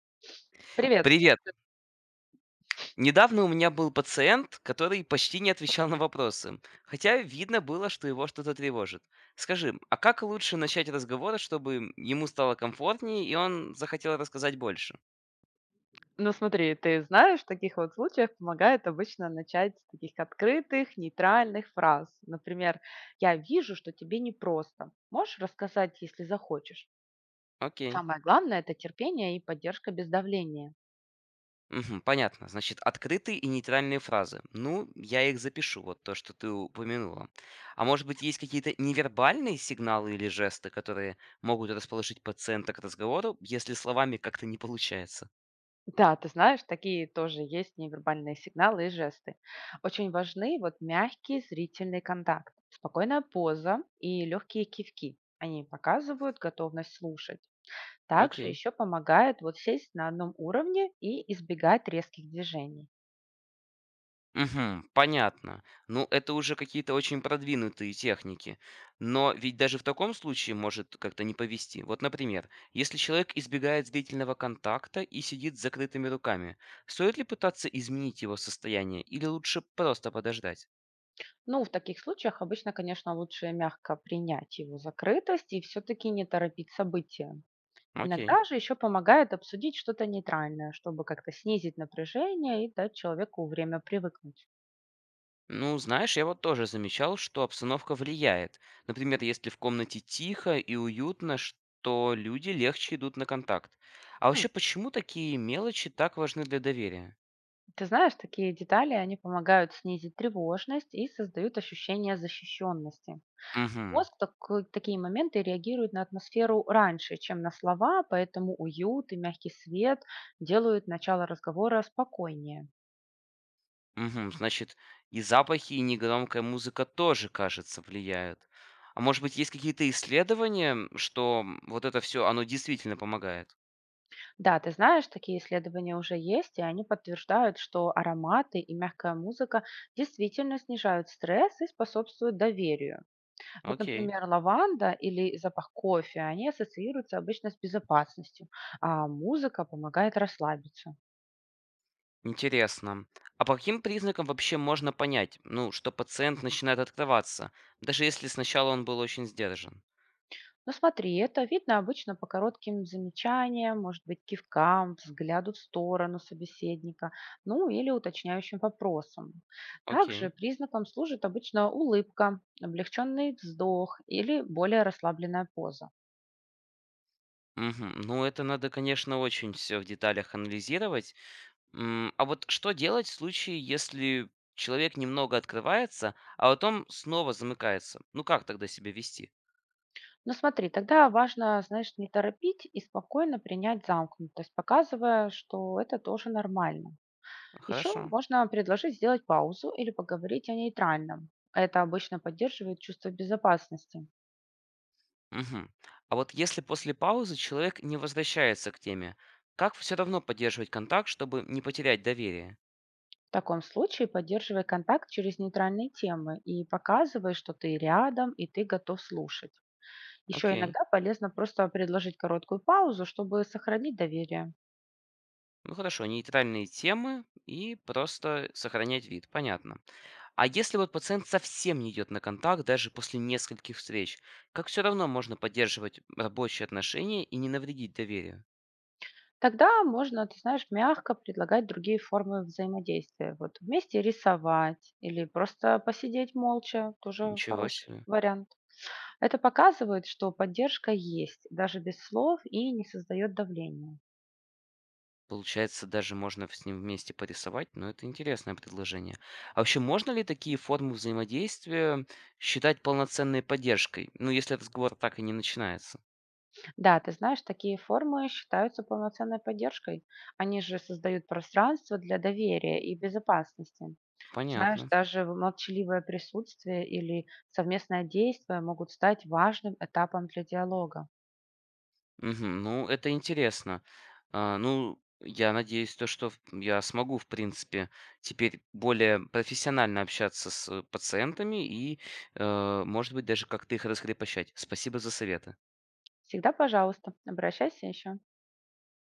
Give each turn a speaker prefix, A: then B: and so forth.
A: Привет.
B: Привет. Недавно у меня был пациент, который почти не отвечал на вопросы, хотя видно было, что его что-то тревожит. Скажи, а как лучше начать разговор, чтобы ему стало комфортнее и он захотел рассказать больше?
A: Ну смотри, ты знаешь, в таких вот случаях помогает обычно начать с таких открытых, нейтральных фраз. Например, «Я вижу, что тебе непросто. Можешь рассказать, если захочешь?»
B: Окей.
A: Самое главное– это терпение и поддержка без давления.
B: Мгм, понятно. Значит, открытые и нейтральные фразы. Ну, я их запишу, вот то, что ты упомянула. А может быть, есть какие-то невербальные сигналы или жесты, которые могут расположить пациента к разговору, если словами как-то не получается?
A: Да, ты знаешь, такие тоже есть невербальные сигналы и жесты. Очень важны вот мягкий зрительный контакт, спокойная поза и легкие кивки. Они показывают готовность слушать. Также
B: Окей.
A: еще помогает вот сесть на одном уровне и избегать резких движений.
B: Мгм. Понятно. Ну, это уже какие-то очень продвинутые техники. Но ведь даже в таком случае может как-то не повести. Вот, например, если человек избегает зрительного контакта и сидит с закрытыми руками, стоит ли пытаться изменить его состояние или лучше просто подождать?
A: Ну, в таких случаях обычно, конечно, лучше мягко принять его закрытость и все-таки не торопить события.
B: Окей.
A: Иногда же еще помогает обсудить что-то нейтральное, чтобы как-то снизить напряжение и дать человеку время привыкнуть.
B: Ну, знаешь, я вот тоже замечал, что обстановка влияет. Например, если в комнате тихо и уютно, что люди легче идут на контакт. А
A: М,
B: вообще, почему такие мелочи так важны для доверия?
A: Ты знаешь, такие детали, они помогают снизить тревожность и создают ощущение защищенности.
B: Угу.
A: Мозг в тако такие моменты реагирует на атмосферу раньше, чем на слова, поэтому уют и мягкий свет делают начало разговора спокойнее.
B: Мгм. Значит, и запахи, и негромкая музыка тоже, кажется, влияют. А может быть, есть какие-то исследования, вот это все, оно действительно помогает?
A: Да, ты знаешь, такие исследования уже есть, и они подтверждают, что ароматы и мягкая музыка действительно снижают стресс и способствуют доверию. Вот,
B: Окей.
A: например, лаванда или запах кофе, они ассоциируются обычно с безопасностью, а музыка помогает расслабиться.
B: Интересно. А по каким признакам вообще можно понять, ну, что пациент начинает открываться, даже если сначала он был очень сдержан?
A: Ну смотри, это видно обычно по коротким замечаниям, может быть, кивкам, взгляду в сторону собеседника, ну или уточняющим вопросам. Также
B: Окей.
A: признаком служит обычно улыбка, облегченный вздох или более расслабленная поза.
B: Мгм. Ну, это надо, конечно, очень все в деталях анализировать. А вот что делать в случае, если человек немного открывается, а потом снова замыкается? Ну как тогда себя вести?
A: Но смотри, тогда важно, знаешь, не торопить и спокойно принять замкнутость, показывая, что это тоже нормально. Еще
B: Хорошо.
A: можно предложить сделать паузу или поговорить о нейтральном. Это обычно поддерживает чувство безопасности.
B: Мгм. А вот если после паузы человек не возвращается к теме, как все равно поддерживать контакт, чтобы не потерять доверие?
A: В таком случае поддерживай контакт через нейтральные темы и показывай, что ты рядом и ты готов слушать. Еще
B: Окей.
A: иногда полезно просто предложить короткую паузу, чтобы сохранить доверие.
B: Ну хорошо, нейтральные темы и просто сохранять вид, понятно. А если вот пациент совсем не идет на контакт даже после нескольких встреч, как все равно можно поддерживать рабочие отношения и не навредить доверию?
A: Тогда можно, ты знаешь, мягко предлагать другие формы взаимодействия. Вот вместе рисовать или просто посидеть молча, тоже
B: Ничего
A: хороший
B: себе.
A: вариант. Это показывает, что поддержка есть, даже без слов и не создает давления.
B: Получается, даже можно с ним вместе порисовать, но это интересное предложение. А вообще, можно ли такие формы взаимодействия считать полноценной поддержкой? Ну, если разговор так и не начинается.
A: Да, ты знаешь, такие формы считаются полноценной поддержкой. Они же создают пространство для доверия и безопасности. Ты знаешь,
B: Понятно.
A: даже молчаливое присутствие или совместное действие могут стать важным этапом для диалога.
B: Мгм. Ну, это интересно. А, ну, я надеюсь, то, что я смогу, в принципе, теперь более профессионально общаться с пациентами и, может быть, даже как-то их раскрепощать. Спасибо за советы.
A: Всегда, пожалуйста, обращайся еще.